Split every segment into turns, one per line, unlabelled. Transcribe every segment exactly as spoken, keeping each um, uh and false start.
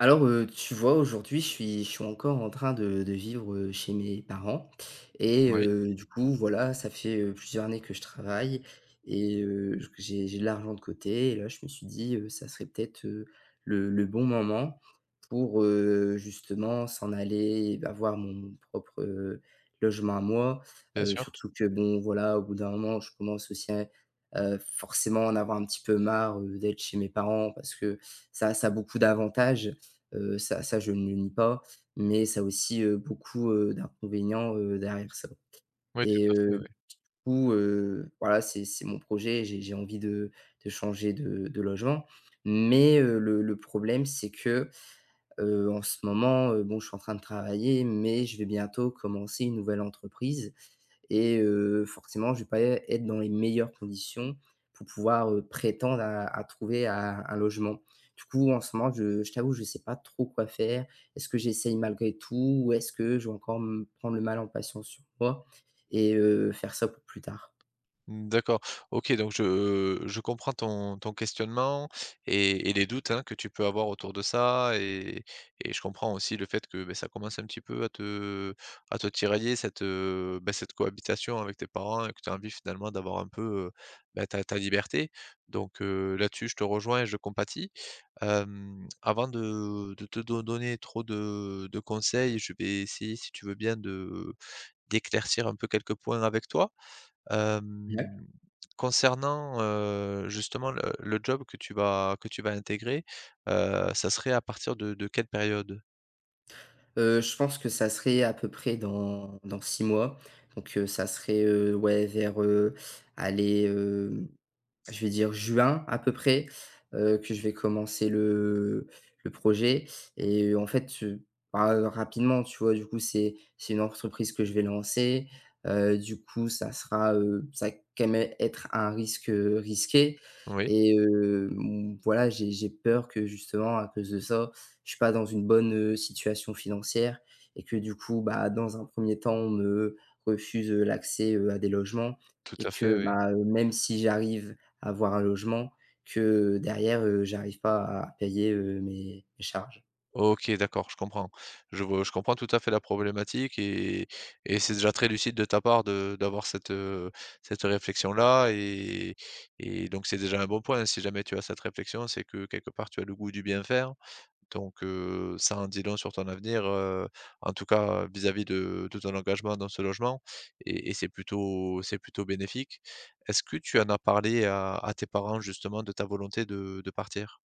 Alors, heu, tu vois, aujourd'hui, je suis je suis encore en train de de vivre, heu, chez mes parents et
Oui,
heu, du coup, voilà, ça fait, heu, plusieurs années que je travaille et heu, j que j'ai j'ai de l'argent de côté. Et là, je me suis dit, heu, ça serait peut-être, heu, le le bon moment pour, heu, justement s'en aller, avoir mon propre, heu, logement à moi.
bien
Heu,
sûr.
surtout que bon, voilà, au bout d'un moment, je commence aussi à, heu, forcément en avoir un petit peu marre, heu, d'être chez mes parents parce que ça ça a beaucoup d'avantages. Heu, ça ça, je ne le nie pas, mais ça a aussi, heu, beaucoup, heu, d'inconvénients, heu, derrière ça.
Oui, tout
Et
à fait,
heu,
oui.
du coup, heu, voilà, c'est c'est mon projet, j'ai j'ai envie de de changer de de logement, mais heu, le le problème c'est que, heu, en ce moment, heu, bon, je suis en train de travailler, mais je vais bientôt commencer une nouvelle entreprise et heu, forcément, je vais pas être dans les meilleures conditions pour pouvoir, heu, prétendre à à trouver un un logement. Du coup, en ce moment, je je t'avoue, je ne sais pas trop quoi faire. Est-ce que j'essaye malgré tout ou est-ce que je vais encore me prendre le mal en patience sur moi et heu, faire ça pour plus tard?
Mmh, d'accord. OK, donc je je comprends ton ton questionnement et et les doutes, hein, que tu peux avoir autour de ça, et et je comprends aussi le fait que, beh, ça commence un petit peu à te à te tirailler cette, heu, bah, cette cohabitation avec tes parents, et que tu as envie finalement d'avoir un peu, heu, bah, ta ta liberté. Donc heu, là-dessus, je te rejoins et je compatis. Hem, avant de de te do donner trop de de conseils, je vais essayer, si tu veux bien, de d'éclaircir un peu quelques points avec toi.
Ouais.
Hem, Concernant, heu, justement le le job que tu vas que tu vas intégrer, heu, ça serait à partir de de quelle période?
Heu, je pense que ça serait à peu près dans dans six mois, donc heu, ça serait, heu, ouais vers, aller. Je vais dire juin à peu près, heu, que je vais commencer le le projet et en fait, heu, bah, rapidement, tu vois? Du coup, c'est c'est une entreprise que je vais lancer, heu, du coup, ça sera, heu, ça va quand même être un risque, heu, risqué
Oui,
et hem, voilà, j'ai j'ai peur que justement à cause de ça, je suis pas dans une bonne, heu, situation financière, et que du coup, bah, dans un premier temps, on me refuse, heu, l'accès, heu, à des logements,
tout
et
à fait,
que,
oui.
bah, heu, même si j'arrive avoir un logement, que derrière, heu, j'arrive pas à payer, heu, mes mes charges.
OK, d'accord, je comprends. Je vois je comprends tout à fait la problématique, et et c'est déjà très lucide de ta part de d'avoir cette, heu, cette réflexion-là, et et donc c'est déjà un bon point. Si jamais tu as cette réflexion, c'est que quelque part tu as le goût du bien faire. Donc, heu, ça en dit long sur ton avenir, heu, en tout cas, vis-à-vis de de ton engagement dans ce logement, et et c'est plutôt c'est plutôt bénéfique. Est-ce que tu en as parlé à à tes parents justement de ta volonté de de partir?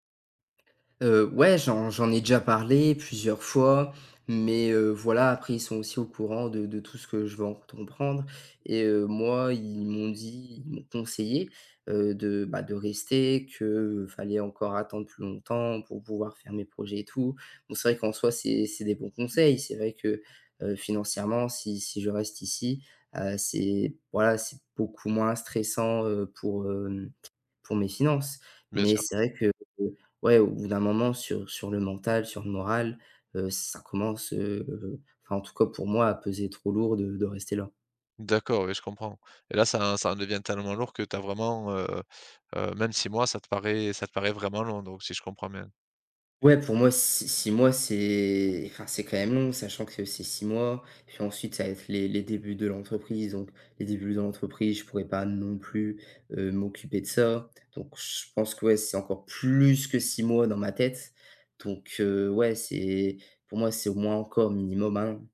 Heu, ouais, j'en j'en ai déjà parlé plusieurs fois, mais heu, voilà, après ils sont aussi au courant de de tout ce que je vais entreprendre et heu, moi, ils m'ont dit ils m'ont conseillé, heu, de, bah, de rester, que, euh, fallait encore attendre plus longtemps pour pouvoir faire mes projets et tout. Bon, c'est vrai qu'en soi, c'est c'est des bons conseils. C'est vrai que, heu, financièrement, si si je reste ici, heu, c'est voilà, c'est beaucoup moins stressant, heu, pour, hem, pour mes finances.
Bien
Mais
sûr.
c'est vrai que, euh, ouais, au bout d'un moment sur sur le mental, sur le moral, heu, ça commence, heu, enfin en tout cas pour moi à peser trop lourd de de rester là.
D'accord, oui, je comprends, et là, ça ça en devient tellement lourd que tu as vraiment, heu heu, même six mois, ça te paraît ça te paraît vraiment long, donc, si je comprends bien.
Ouais, pour moi, six 6 mois, c'est enfin c'est quand même long, sachant que c'est six mois, puis ensuite ça va être les les débuts de l'entreprise, donc les débuts de l'entreprise, je pourrais pas non plus, heu, m'occuper de ça. Donc je pense que, ouais, c'est encore plus que six mois dans ma tête. Donc heu, ouais, c'est pour moi, c'est au moins encore minimum un an.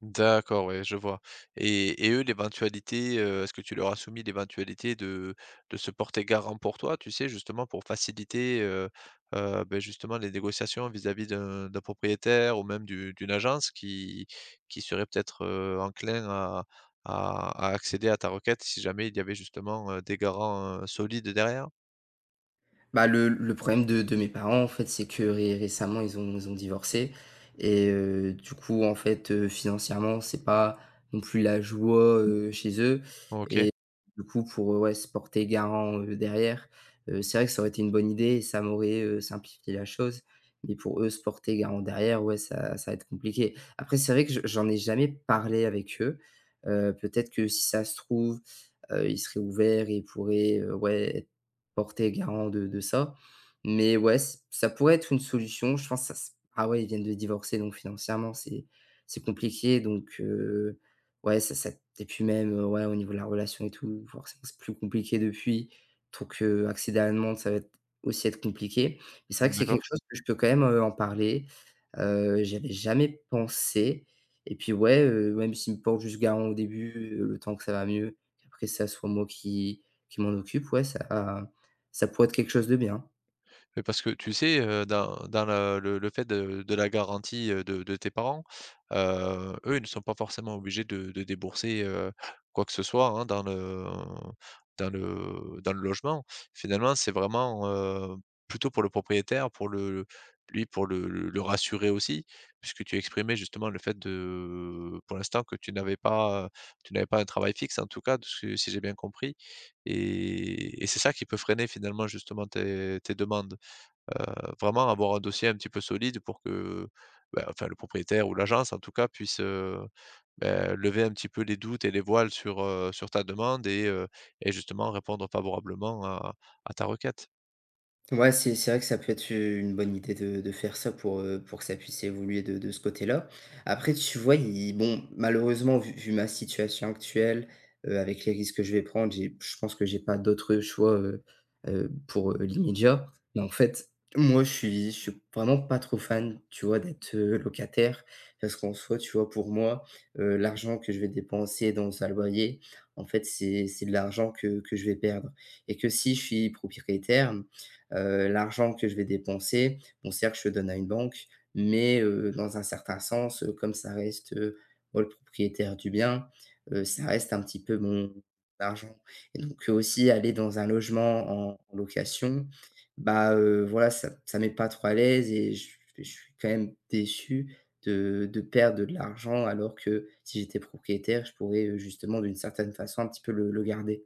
D'accord, ouais, je vois. Et et eux, l'éventualité, heu, est-ce que tu leur as soumis l'éventualité de de se porter garant pour toi, tu sais, justement pour faciliter, heu heu, beh, justement les négociations vis-à-vis d'un d'un propriétaire ou même du d'une agence qui qui serait peut-être, heu, enclin à à à accéder à ta requête si jamais il y avait justement, heu, des garants, heu, solides derrière?
Bah, le le problème de de mes parents, en fait, c'est que ré récemment, ils ont ils ont divorcé et heu, du coup, en fait, heu, financièrement, c'est pas non plus la joie, heu, chez eux,
OK,
et du coup, pour, heu, ouais, se porter garant, heu, derrière, heu, c'est vrai que ça aurait été une bonne idée et ça m'aurait, heu, simplifié la chose, mais pour eux, se porter garant derrière, ouais, ça ça va être compliqué. Après, c'est vrai que je j'en ai jamais parlé avec eux, heu, peut-être que si ça se trouve, heu, ils seraient ouverts et ils pourraient, heu, ouais, porter garant de de ça. Mais ouais, c ça pourrait être une solution. Je pense que ça s Ah ouais, ils viennent de divorcer, donc financièrement, c'est c'est compliqué. Donc heu, ouais, ça ça et puis même, heu, ouais, au niveau de la relation et tout, forcément, c'est plus compliqué depuis. Donc heu, accéder à la demande, ça va être aussi être compliqué. Mais c'est vrai
mmh,
que c'est
d'accord.
quelque chose que je peux quand même, heu, en parler. Heu, j'y jamais pensé et puis ouais, heu, même s'ils me porte juste garant au début, heu, le temps que ça va mieux, qu'après ça soit moi qui qui m'en occupe, ouais, ça ça pourrait être quelque chose de bien.
Mais parce que tu sais, heu, dans dans la le le fait de de la garantie, heu, de de tes parents, heu, eux, ils ne sont pas forcément obligés de de débourser, heu, quoi que ce soit, hein, dans le dans le dans le logement. Finalement, c'est vraiment, heu, plutôt pour le propriétaire, pour le lui, pour le le le rassurer aussi, puisque tu exprimais justement le fait de pour l'instant que tu n'avais pas, tu n'avais pas un travail fixe en tout cas, de ce que- si j'ai bien compris, et et c'est ça qui peut freiner finalement justement tes tes demandes? Heu, vraiment avoir un dossier un petit peu solide pour que, bah, enfin le propriétaire ou l'agence en tout cas puisse, heu, bah, lever un petit peu les doutes et les voiles sur, heu, sur ta demande, et heu et justement répondre favorablement à à ta requête.
Ouais, c'est c'est vrai que ça peut être, heu, une bonne idée de de faire ça pour, heu, pour que ça puisse évoluer de de ce côté-là. Après, tu vois, il bon, malheureusement, vu vu ma situation actuelle, heu, avec les risques que je vais prendre, j'ai je pense que j'ai pas d'autre choix, heu heu, pour, heu, l'immédiat. Mais en fait, moi, je suis je suis vraiment pas trop fan, tu vois, d'être, heu, locataire, parce qu'en soi, tu vois, pour moi, heu, l'argent que je vais dépenser dans un loyer, en fait, c'est c'est de l'argent que que je vais perdre, et que si je suis propriétaire. Heu, l'argent que je vais dépenser, bon certes, je le donne à une banque, mais heu, dans un certain sens, heu, comme ça reste, heu, moi le propriétaire du bien, heu, ça reste un petit peu mon argent. Et donc heu, aussi aller dans un logement en en location, bah, heu, voilà, ça ça met pas trop à l'aise et je je suis quand même déçu de de perdre de l'argent alors que si j'étais propriétaire, je pourrais, heu, justement d'une certaine façon un petit peu le le garder.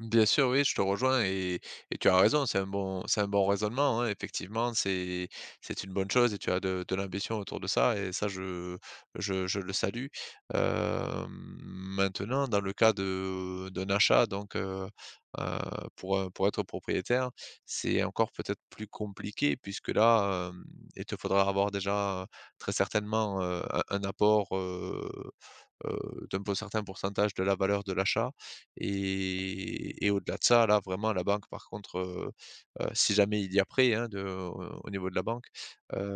Bien sûr, oui, je te rejoins, et, et tu as raison, c'est un bon, c'est un bon raisonnement, hein, effectivement, c'est, c'est une bonne chose, et tu as de, de l'ambition autour de ça, et ça, je, je, je le salue. Euh, maintenant, dans le cas de, d'un achat, donc euh, euh, pour, un- pour être propriétaire, c'est encore peut-être plus compliqué puisque là, euh, il te faudra avoir déjà très certainement euh, un, un apport. Euh, heu, d'un po certain pourcentage de la valeur de l'achat, et et au-delà de ça, là, vraiment la banque par contre, heu heu, si jamais il y a prêt, hein, de au au niveau de la banque, heu,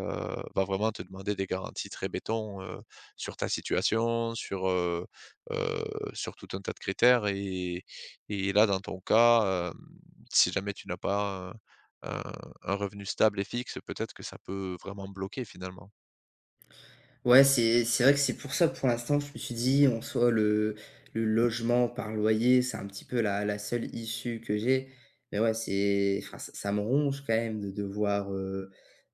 va vraiment te demander des garanties très béton, heu, sur ta situation, sur, heu heu, sur tout un tas de critères, et et là, dans ton cas, hem, si jamais tu n'as pas un un un revenu stable et fixe, peut-être que ça peut vraiment bloquer finalement.
Ouais, c'est c'est vrai que c'est pour ça, pour l'instant, je me suis dit, en soi, le le logement par loyer, c'est un petit peu la la seule issue que j'ai. Mais ouais, c'est enfin, ça ça me ronge quand même de devoir, heu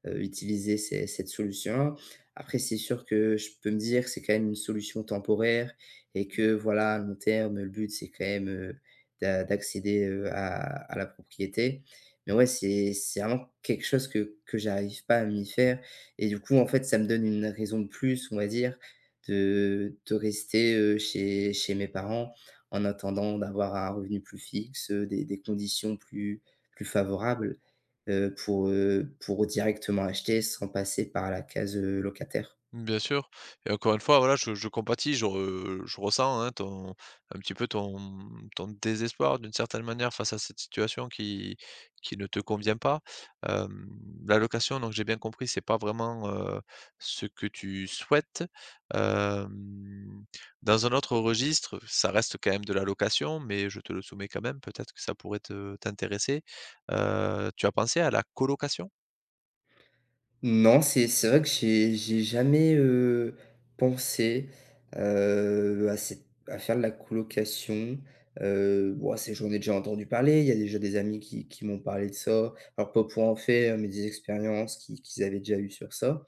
heu, utiliser ces cette solution. Après, c'est sûr que je peux me dire que c'est quand même une solution temporaire et que voilà, à long terme, le but, c'est quand même, heu, d'a d'accéder, heu, à à la propriété. Mais ouais, c'est c'est vraiment quelque chose que que j'arrive pas à m'y faire et du coup, en fait, ça me donne une raison de plus, on va dire, de de rester, heu, chez chez mes parents en attendant d'avoir un revenu plus fixe, heu, des des conditions plus plus favorables, heu, pour, heu, pour directement acheter sans passer par la case, heu, locataire.
Bien sûr, et encore une fois, voilà, je je compatis, je re je ressens, hein, ton un petit peu ton ton désespoir d'une certaine manière face à cette situation qui qui ne te convient pas. Hem, L'allocation, donc j'ai bien compris, c'est pas vraiment, heu, ce que tu souhaites. Hem, Dans un autre registre, ça reste quand même de l'allocation, mais je te le soumets quand même, peut-être que ça pourrait te t'intéresser. Heu, tu as pensé à la colocation?
Non, c'est c'est vrai que j'ai j'ai jamais, heu, pensé, heu, à cette à faire de la colocation. Heu, bon, c'est j'en ai déjà entendu parler, il y a déjà des amis qui qui m'ont parlé de ça. Alors pas pour en faire, mais des expériences qui qu'ils avaient déjà eues sur ça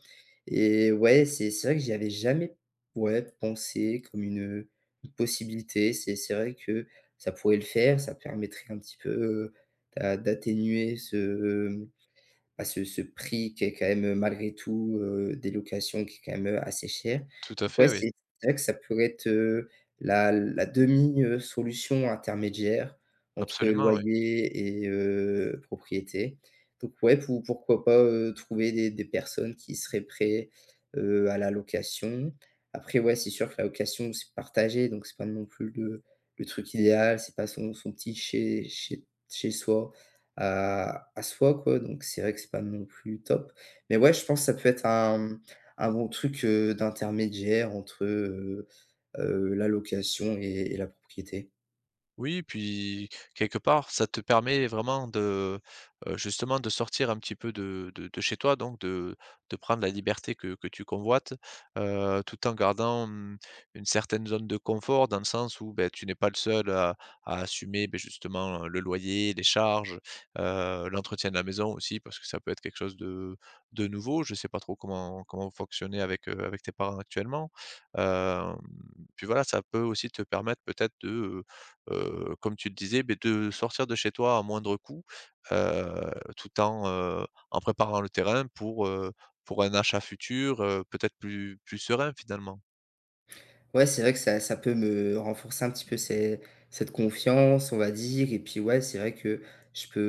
et ouais, c'est c'est vrai que j'y avais jamais, ouais, pensé comme une, une possibilité. C'est c'est vrai que ça pourrait le faire, ça permettrait un petit peu, heu, d'a d'atténuer ce, bah, ce ce prix qui est quand même, heu, malgré tout, heu, des locations qui est quand même, heu, assez cher.
Tout à
Donc
fait,
ouais,
oui,
c'est c'est vrai que ça pourrait être, heu, la la demi, solution intermédiaire entre
absolument, oui.
loyer et heu, propriété. Donc ouais, pour pourquoi pas, heu, trouver des des personnes qui seraient prêts, heu, à la location. Après ouais, c'est sûr que la location, c'est partagé, donc c'est pas non plus le le truc idéal, c'est pas son son petit chez chez chez soi à à soi, quoi, donc c'est vrai que c'est pas non plus top. Mais ouais, je pense que ça peut être un un bon truc, heu, d'intermédiaire entre, heu heu, la location et et la propriété.
Oui, puis quelque part, ça te permet vraiment de, heu, justement de sortir un petit peu de de de chez toi, donc de de prendre la liberté que que tu convoites, heu, tout en gardant, mmh, une certaine zone de confort dans le sens où, ben tu n'es pas le seul à à assumer, ben justement, le loyer, les charges, heu, l'entretien de la maison aussi, parce que ça peut être quelque chose de de nouveau. Je ne sais pas trop comment comment vous fonctionnez avec, heu, avec tes parents actuellement, hem, puis voilà, ça peut aussi te permettre peut-être de, heu, comme tu le disais, beh, de sortir de chez toi à moindre coût, heu, tout en, heu, en préparant le terrain pour, heu, pour un achat futur, heu, peut-être plus plus serein finalement.
Ouais, c'est vrai que ça ça peut me renforcer un petit peu ces cette confiance, on va dire, et puis, ouais, c'est vrai que je peux,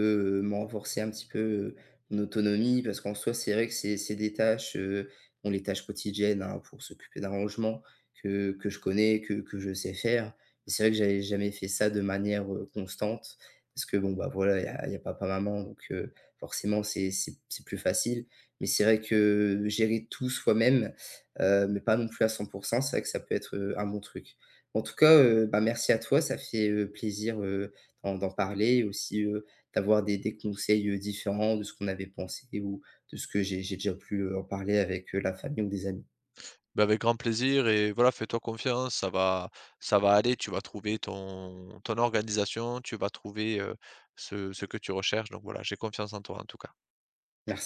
heu, me renforcer un petit peu, heu, mon autonomie, parce qu'en soi, c'est vrai que c'est c'est des tâches, heu, bon, les tâches quotidiennes, hein, pour s'occuper d'un rangement que que je connais, que que je sais faire. Mais c'est vrai que j'avais jamais fait ça de manière, heu, constante parce que, bon, bah, voilà, il y a y a papa, maman, donc heu, forcément, c'est c'est c'est plus facile. Mais c'est vrai que gérer tout soi-même, heu, mais pas non plus à cent pour cent. C'est vrai que ça peut être, heu, un bon truc. En tout cas, heu, bah, merci à toi. Ça fait, heu, plaisir, heu, d'en d'en parler et aussi, heu, d'avoir des des conseils, heu, différents de ce qu'on avait pensé ou de ce que j'ai j'ai déjà pu, heu, en parler avec, heu, la famille ou des amis.
Bah, avec grand plaisir, et voilà, fais-toi confiance, ça va ça va aller, tu vas trouver ton ton organisation, tu vas trouver, heu, ce ce que tu recherches, donc voilà, j'ai confiance en toi en tout cas.
Merci.